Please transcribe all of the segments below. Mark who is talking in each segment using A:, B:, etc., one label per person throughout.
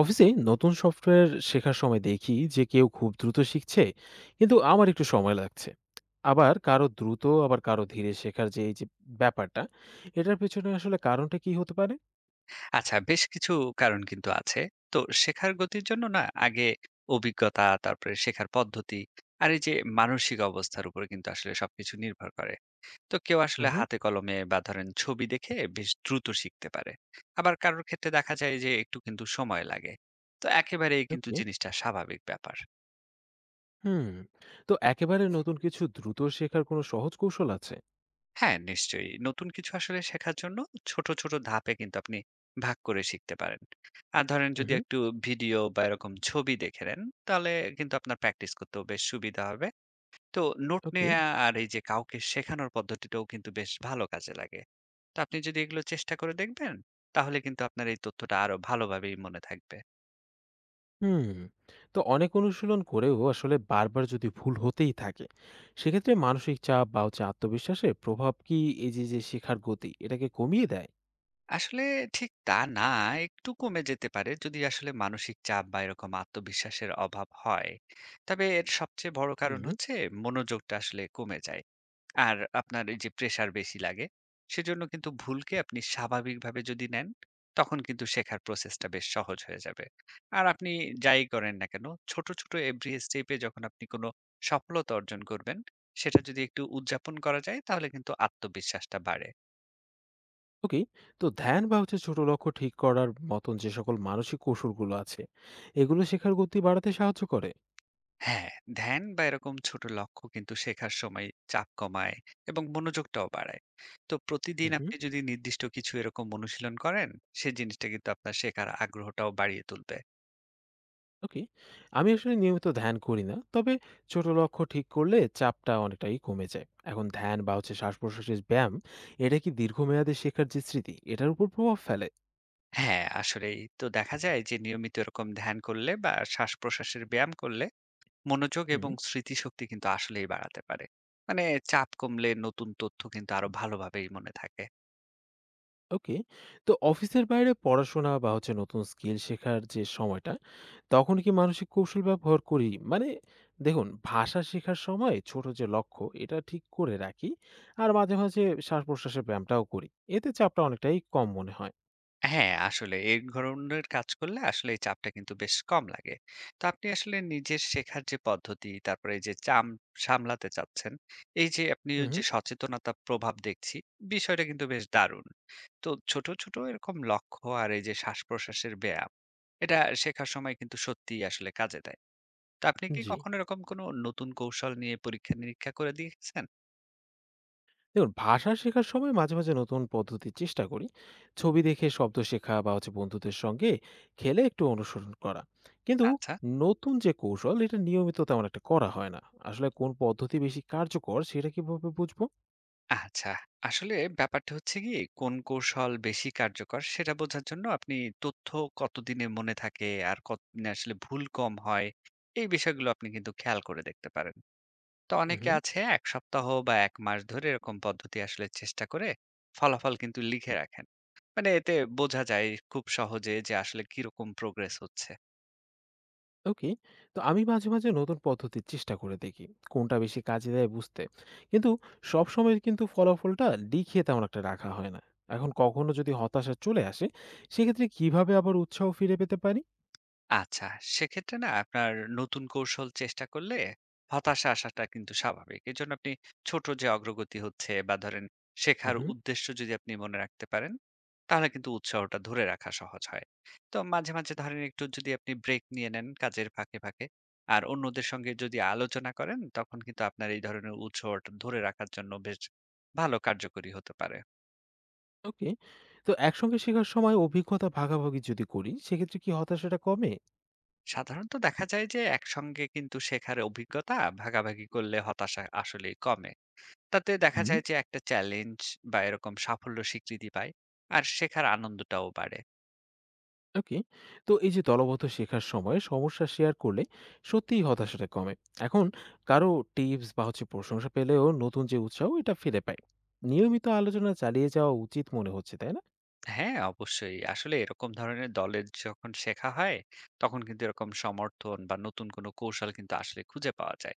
A: অফিসে নতুন সফটওয়্যার শেখার সময় দেখি যে কেউ খুব দ্রুত শিখছে, কিন্তু আমার একটু সময় লাগছে। আবার কারো দ্রুত আবার কারো ধীরে শেখার যে এই যে ব্যাপারটা, এটার পেছনে আসলে কারণটা কি হতে পারে?
B: আচ্ছা, বেশ কিছু কারণ কিন্তু আছে। তো শেখার গতির জন্য না আগে অভিজ্ঞতা, তারপরে শেখার পদ্ধতি আর এই যে মানসিক অবস্থার উপর কিন্তু আসলে সবকিছু নির্ভর করে। তো কেউ আসলে
A: হুম।
B: হাতে কলমে বা ধরেন ছবি দেখে বেশ দ্রুত শিখতে পারে। আবার কারোর ক্ষেত্রে দেখা যায় যে একটু কিন্তু সময় লাগে। তো একেবারেই কিন্তু
A: ওকে।
B: জিনিসটা স্বাভাবিক ব্যাপার।
A: হুম। তো একেবারে নতুন কিছু দ্রুত শেখার কোনো সহজ কৌশল আছে?
B: হ্যাঁ, নিশ্চয়ই। নতুন কিছু আসলে শেখার জন্য ছোট, ছোট ধাপে কিন্তু আপনি ভাগ করে শিখতে পারেন। আর ধরেন যদি
A: হুম।
B: একটু ভিডিও বা এরকম ছবি দেখে নেন, তাহলে কিন্তু আপনার প্র্যাকটিস করতেও বেশ সুবিধা হবে। তো নোট
A: ওকে।
B: নেয়া আর এই যে কাউকে শেখানোর পদ্ধতিটাও কিন্তু বেশ ভালো কাজে লাগে। তো আপনি যদি এগুলো চেষ্টা করে দেখবেন, তাহলে কিন্তু আপনার এই তথ্যটা আরো ভালোভাবেই মনে থাকবে।
A: হুম। তো অনেক অনুশীলন করেও আসলে বারবার যদি ভুল হতেই থাকে, সেক্ষেত্রে মানসিক চাপ বা হচ্ছে আত্মবিশ্বাসের প্রভাব কি এই যে যে শেখার গতি এটাকে কমিয়ে দেয়?
B: আসলে ঠিক তা না। একটু কমে যেতে পারে যদি আসলে মানসিক চাপ বা এরকম আত্মবিশ্বাসের অভাব হয়। তবে এর সবচেয়ে বড় কারণ
A: হুম।
B: হচ্ছে মনোযোগটা আসলে কমে যায়। আর আপনার এই যে প্রেশার বেশি লাগে, সেজন্য কিন্তু ভুলকে আপনি স্বাভাবিকভাবে যদি নেন, তখন কিন্তু শেখার প্রসেসটা বেশ সহজ হয়ে যাবে। আর আপনি যাই করেন না কেন, ছোট, ছোট এভরি স্টেপে যখন আপনি কোনো সফলতা অর্জন করবেন, সেটা যদি একটু উদযাপন করা যায়, তাহলে কিন্তু আত্মবিশ্বাসটা বাড়ে।
A: ওকে। তো ধ্যান বা হচ্ছে ছোট লক্ষ্য ঠিক করার মতন যে সকল মানসিক কৌশলগুলো আছে, এগুলো শেখার গতি বাড়াতে সাহায্য করে?
B: হ্যাঁ, ধ্যান বা এরকম ছোট লক্ষ্য কিন্তু শেখার সময় চাপ কমায় এবং মনোযোগটাও বাড়ায়। তো প্রতিদিন
A: হুম।
B: আপনি যদি নির্দিষ্ট কিছু এরকম অনুশীলন করেন, সেই জিনিসটা কিন্তু আপনার শেখার আগ্রহটাও বাড়িয়ে তুলবে।
A: ওকে। আমি আসলে নিয়মিত ধ্যান করি না, তবে ছোট লক্ষ্য ঠিক করলে চাপটা অনেকটাই কমে যায়। এখন ধ্যান বা হচ্ছে শ্বাস প্রশ্বাসের ব্যায়াম, এটা কি দীর্ঘমেয়াদে শেখার যে স্মৃতি, এটার উপর প্রভাব ফেলে?
B: হ্যাঁ, আসলেই তো দেখা যায় যে নিয়মিত এরকম ধ্যান করলে বা শ্বাস-প্রশ্বাসের ব্যায়াম করলে মনোযোগ
A: হুম।
B: এবং স্মৃতিশক্তি কিন্তু আসলেই বাড়াতে পারে। মানে চাপ কমলে নতুন তথ্য কিন্তু আরো ভালোভাবেই মনে থাকে।
A: ওকে। তো অফিসের বাইরে পড়াশোনা বা হচ্ছে নতুন স্কিল শেখার যে সময়টা, তখন কি মানসিক কৌশল ব্যবহার করি? মানে দেখুন, ভাষা শেখার সময় ছোট যে লক্ষ্য, এটা ঠিক করে রাখি। আর মাঝে, মাঝে শ্বাস-প্রশ্বাসের ব্যায়ামটাও করি। এতে চাপটা অনেকটাই কম মনে হয়।
B: হ্যাঁ, আসলে এই ধরনের কাজ করলে আসলে এই চাপটা কিন্তু বেশ কম লাগে। তো আপনি আসলে নিজের শেখার যে পদ্ধতি, তারপরে এই যে চাম সামলাতে চাচ্ছেন, এই যে আপনি ওই
A: উহু।
B: যে সচেতনতা প্রভাব দেখছি, বিষয়টা কিন্তু বেশ দারুণ। তো ছোট, ছোট এরকম লক্ষ্য আর এই যে শ্বাসপ্রশ্বাসের ব্যায়াম, এটা শেখার সময় কিন্তু সত্যিই আসলে কাজে দেয়। তো আপনি কি
A: জি।
B: কখনো এরকম কোনো নতুন কৌশল নিয়ে পরীক্ষা-নিরীক্ষা করে দিয়েছেন?
A: দেখুন, ভাষা শেখার সময় মাঝে, মাঝে নতুন পদ্ধতির চেষ্টা করি। ছবি দেখে শব্দ শেখা বা হচ্ছে বন্ধুদের সঙ্গে খেলে একটু অনুসরণ করা। কিন্তু
B: আচ্ছা।
A: নতুন যে কৌশল, এটা নিয়মিত তেমন একটা করা হয় না। আসলে কোন পদ্ধতি বেশি কার্যকর, সেটা কিভাবে বুঝবো?
B: আচ্ছা। আসলে ব্যাপারটা হচ্ছে কি, কোন কৌশল বেশি কার্যকর সেটা বোঝার জন্য আপনি তথ্য কতদিনে মনে থাকে আর কতদিনে আসলে ভুল কম হয়, এই বিষয়গুলো আপনি কিন্তু খেয়াল করে দেখতে পারেন। তো অনেকে
A: উহু।
B: আছে ১ সপ্তাহ বা ১ মাস ধরে এরকম পদ্ধতি আসলে চেষ্টা করে ফলাফল কিন্তু লিখে রাখেন। মানে এতে বোঝা যায় খুব সহজে যে আসলে কিরকম প্রোগ্রেস হচ্ছে।
A: ওকে। তো আমি মাঝে মাঝে নতুন পদ্ধতির চেষ্টা করে দেখি কোনটা বেশি কাজে দেয় বুঝতে, কিন্তু সব সময় কিন্তু ফলাফলটা লিখে তেমন একটা রাখা হয় না। এখন কখনো যদি হতাশা চলে আসে, সেক্ষেত্রে কিভাবে আবার উৎসাহ ফিরে পেতে পারি?
B: আচ্ছা, সেক্ষেত্রে না আপনার নতুন কৌশল চেষ্টা করলে হতাশা আসাটা কিন্তু স্বাভাবিক। এজন্য আপনি ছোট যে অগ্রগতি হচ্ছে বা ধরেন শেখার
A: হুম।
B: উদ্দেশ্য যদি আপনি মনে রাখতে পারেন, তাহলে কিন্তু উৎসাহটা ধরে রাখা সহজ হয়। তো মাঝে, মাঝে ধরেন একটু যদি আপনি ব্রেক নিয়ে নেন কাজের ফাঁকে, ফাঁকে আর অন্যদের সঙ্গে যদি আলোচনা করেন তখন কিন্তু আপনার এই ধরনের উৎসাহটা ধরে রাখার জন্য বেশ ভালো কার্যকরী হতে পারে।
A: ওকে। তো একসঙ্গে শেখার সময় অভিজ্ঞতা ভাগাভাগি যদি করি, সেক্ষেত্রে কি হতাশাটা কমে?
B: সাধারণত দেখা যায় যে একসঙ্গে কিন্তু শেখার অভিজ্ঞতা ভাগাভাগি করলে হতাশা আসলেই কমে। তাতে দেখা
A: হুম।
B: যায় যে একটা চ্যালেঞ্জ বা এরকম সাফল্য স্বীকৃতি পায় আর শেখার আনন্দটাও বাড়ে।
A: ওকে। তো এই যে দলবদ্ধ শেখার সময় সমস্যা শেয়ার করলে সত্যিই হতাশাটা কমে। এখন কারো টিপস বা হচ্ছে প্রশংসা পেলেও নতুন যে উৎসাহ, এটা ফিরে পায়। নিয়মিত আলোচনা চালিয়ে যাওয়া উচিত মনে হচ্ছে, তাই না?
B: হ্যাঁ, অবশ্যই। আসলে এরকম ধরনের দলের যখন শেখা হয়, তখন কিন্তু এরকম সমর্থন বা নতুন কোনো কৌশল কিন্তু আসলে খুঁজে পাওয়া যায়।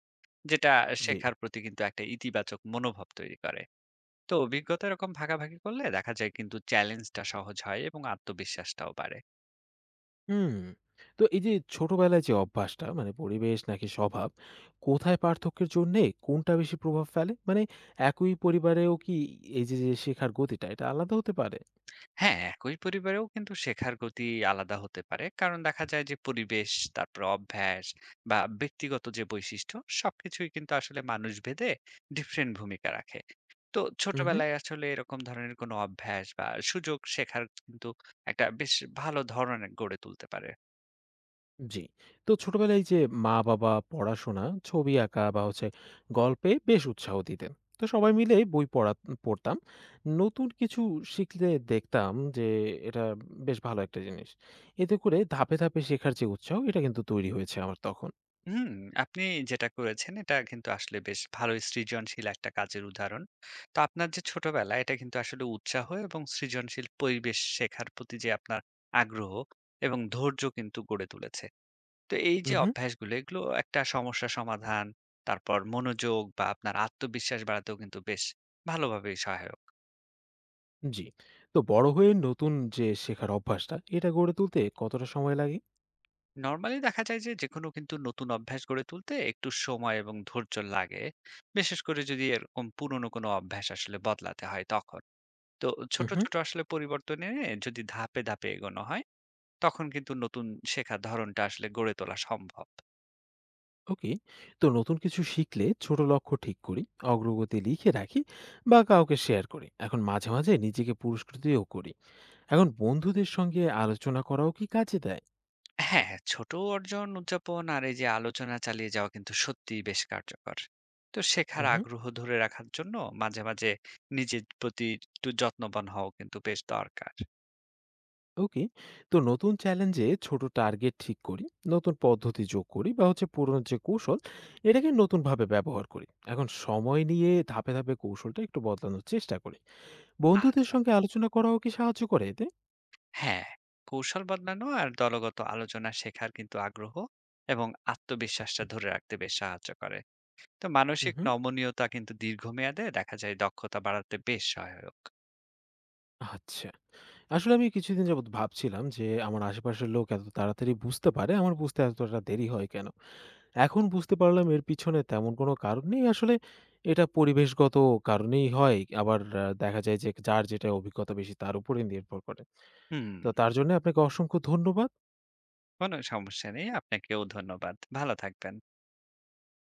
B: যেটা
A: জি।
B: শেখার প্রতি কিন্তু একটা ইতিবাচক মনোভাব তৈরি করে। তো অভিজ্ঞতা এরকম ভাগাভাগি করলে দেখা যায় কিন্তু চ্যালেঞ্জটা সহজ হয় এবং আত্মবিশ্বাসটাও বাড়ে।
A: হুম। তো এই যে ছোটবেলায় যে অভ্যাসটা মানে পরিবেশ নাকি স্বভাব, কোথায় পার্থক্যের জন্যে কোনটা বেশি প্রভাব ফেলে? মানে একই পরিবারেও কি এই যে, যে শেখার গতিটা এটা আলাদা হতে পারে?
B: হ্যাঁ, একই পরিবারেও কিন্তু শেখার গতি আলাদা হতে পারে। কারণ দেখা যায় যে পরিবেশ, তারপরে অভ্যাস বা ব্যক্তিগত যে বৈশিষ্ট্য সবকিছুই কিন্তু আসলে মানুষ ভেদে ডিফারেন্ট ভূমিকা রাখে। তো
A: উহু।
B: ছোটবেলায় আসলে এরকম ধরনের কোনো অভ্যাস বা সুযোগ শেখার কিন্তু একটা বেশ ভালো ধরনের গড়ে তুলতে পারে।
A: জি। তো ছোটবেলায় যে মা-বাবা পড়াশোনা, ছবি আঁকা বা হচ্ছে গল্পে বেশ উৎসাহ দিতেন। তো সবাই মিলে বই পড়া পড়তাম। নতুন কিছু শিখলে দেখতাম যে এটা বেশ ভালো একটা জিনিস। এতে করে ধাপে, ধাপে শেখার যে উৎসাহ, এটা কিন্তু তৈরি হয়েছে আমার তখন।
B: হুম, আপনি যেটা করেছেন এটা কিন্তু আসলে বেশ ভালোই সৃজনশীল একটা কাজের উদাহরণ। তো আপনার যে ছোটবেলা এটা কিন্তু আসলে উৎসাহ এবং সৃজনশীল পরিবেশ শেখার প্রতি যে আপনার আগ্রহ এবং ধৈর্য কিন্তু গড়ে তুলেছে। তো এই যে
A: উহু,
B: অভ্যাসগুলো এগুলো একটা সমস্যা সমাধান, তারপর মনোযোগ বা আপনার আত্মবিশ্বাস বাড়াতেও কিন্তু বেশ ভালোভাবেই সহায়ক।
A: জি। তো বড় হয়ে নতুন যে শেখার অভ্যাসটা, এটা গড়ে তুলতে কতটা সময় লাগে?
B: নরমালি দেখা যায় যে যেকোনো কিন্তু নতুন অভ্যাস গড়ে তুলতে একটু সময় এবং ধৈর্য লাগে। বিশেষ করে যদি এরকম পুরনো কোনো অভ্যাস আসলে বদলাতে হয় তখন। তো ছোট,
A: উহু।
B: ছোট আসলে পরিবর্তন এনে যদি ধাপে, ধাপে এগোনো হয়, তখন কিন্তু নতুন শেখার ধরনটা আসলে গড়ে তোলা সম্ভব।
A: ওকে। তো নতুন কিছু শিখলে ছোট লক্ষ্য ঠিক করি, অগ্রগতি লিখে রাখি বা কাউকে শেয়ার করি। এখন মাঝে মাঝে নিজেকে পুরস্কৃতও করি। এখন বন্ধুদের সঙ্গে আলোচনা করাও কি কাজে দেয়?
B: হ্যাঁ, হ্যাঁ, ছোট অর্জন উদযাপন আর এই যে আলোচনা চালিয়ে যাওয়া কিন্তু সত্যিই বেশ কার্যকর। তো শেখার
A: হুম।
B: আগ্রহ ধরে রাখার জন্য মাঝে, মাঝে নিজের প্রতি একটু যত্নবান হওয়াও কিন্তু বেশ দরকার।
A: ওকে। তো নতুন চ্যালেঞ্জে ছোট টার্গেট ঠিক করি, নতুন পদ্ধতি যোগ করি বা হচ্ছে পুরনো যে কৌশল, এটাকে নতুনভাবে ব্যবহার করি। এখন সময় নিয়ে ধাপে ধাপে কৌশলটা একটু বদলানোর চেষ্টা করি। বন্ধুদের
B: আচ্ছা,
A: সঙ্গে আলোচনা করাও কি সাহায্য করে এতে?
B: হ্যাঁ, কৌশল বদলানো আর দলগত আলোচনা শেখার কিন্তু আগ্রহ এবং আত্মবিশ্বাসটা ধরে রাখতে বেশ সাহায্য করে। তো মানসিক
A: হুম।
B: নমনীয়তা কিন্তু দীর্ঘমেয়াদে দেখা যায় দক্ষতা বাড়াতে বেশ সহায়ক।
A: আচ্ছা। আসলে আমি কিছুদিন যাবৎ ভাবছিলাম যে, আমার আশেপাশের লোক এত তাড়াতাড়ি বুঝতে পারে, আমার বুঝতে এতটা দেরি হয় কেন? এখন বুঝতে পারলাম এর পিছনে তেমন কোনো কারণ নেই। আসলে এটা পরিবেশগত কারণেই হয়। আবার দেখা যায় যে, যার যেটা অভিজ্ঞতা বেশি তার উপরেই নির্ভর করে।
B: হুম।
A: তো তার জন্য আপনাকে অসংখ্য ধন্যবাদ।
B: কোনো সমস্যা নেই, আপনাকেও ধন্যবাদ। ভালো থাকবেন।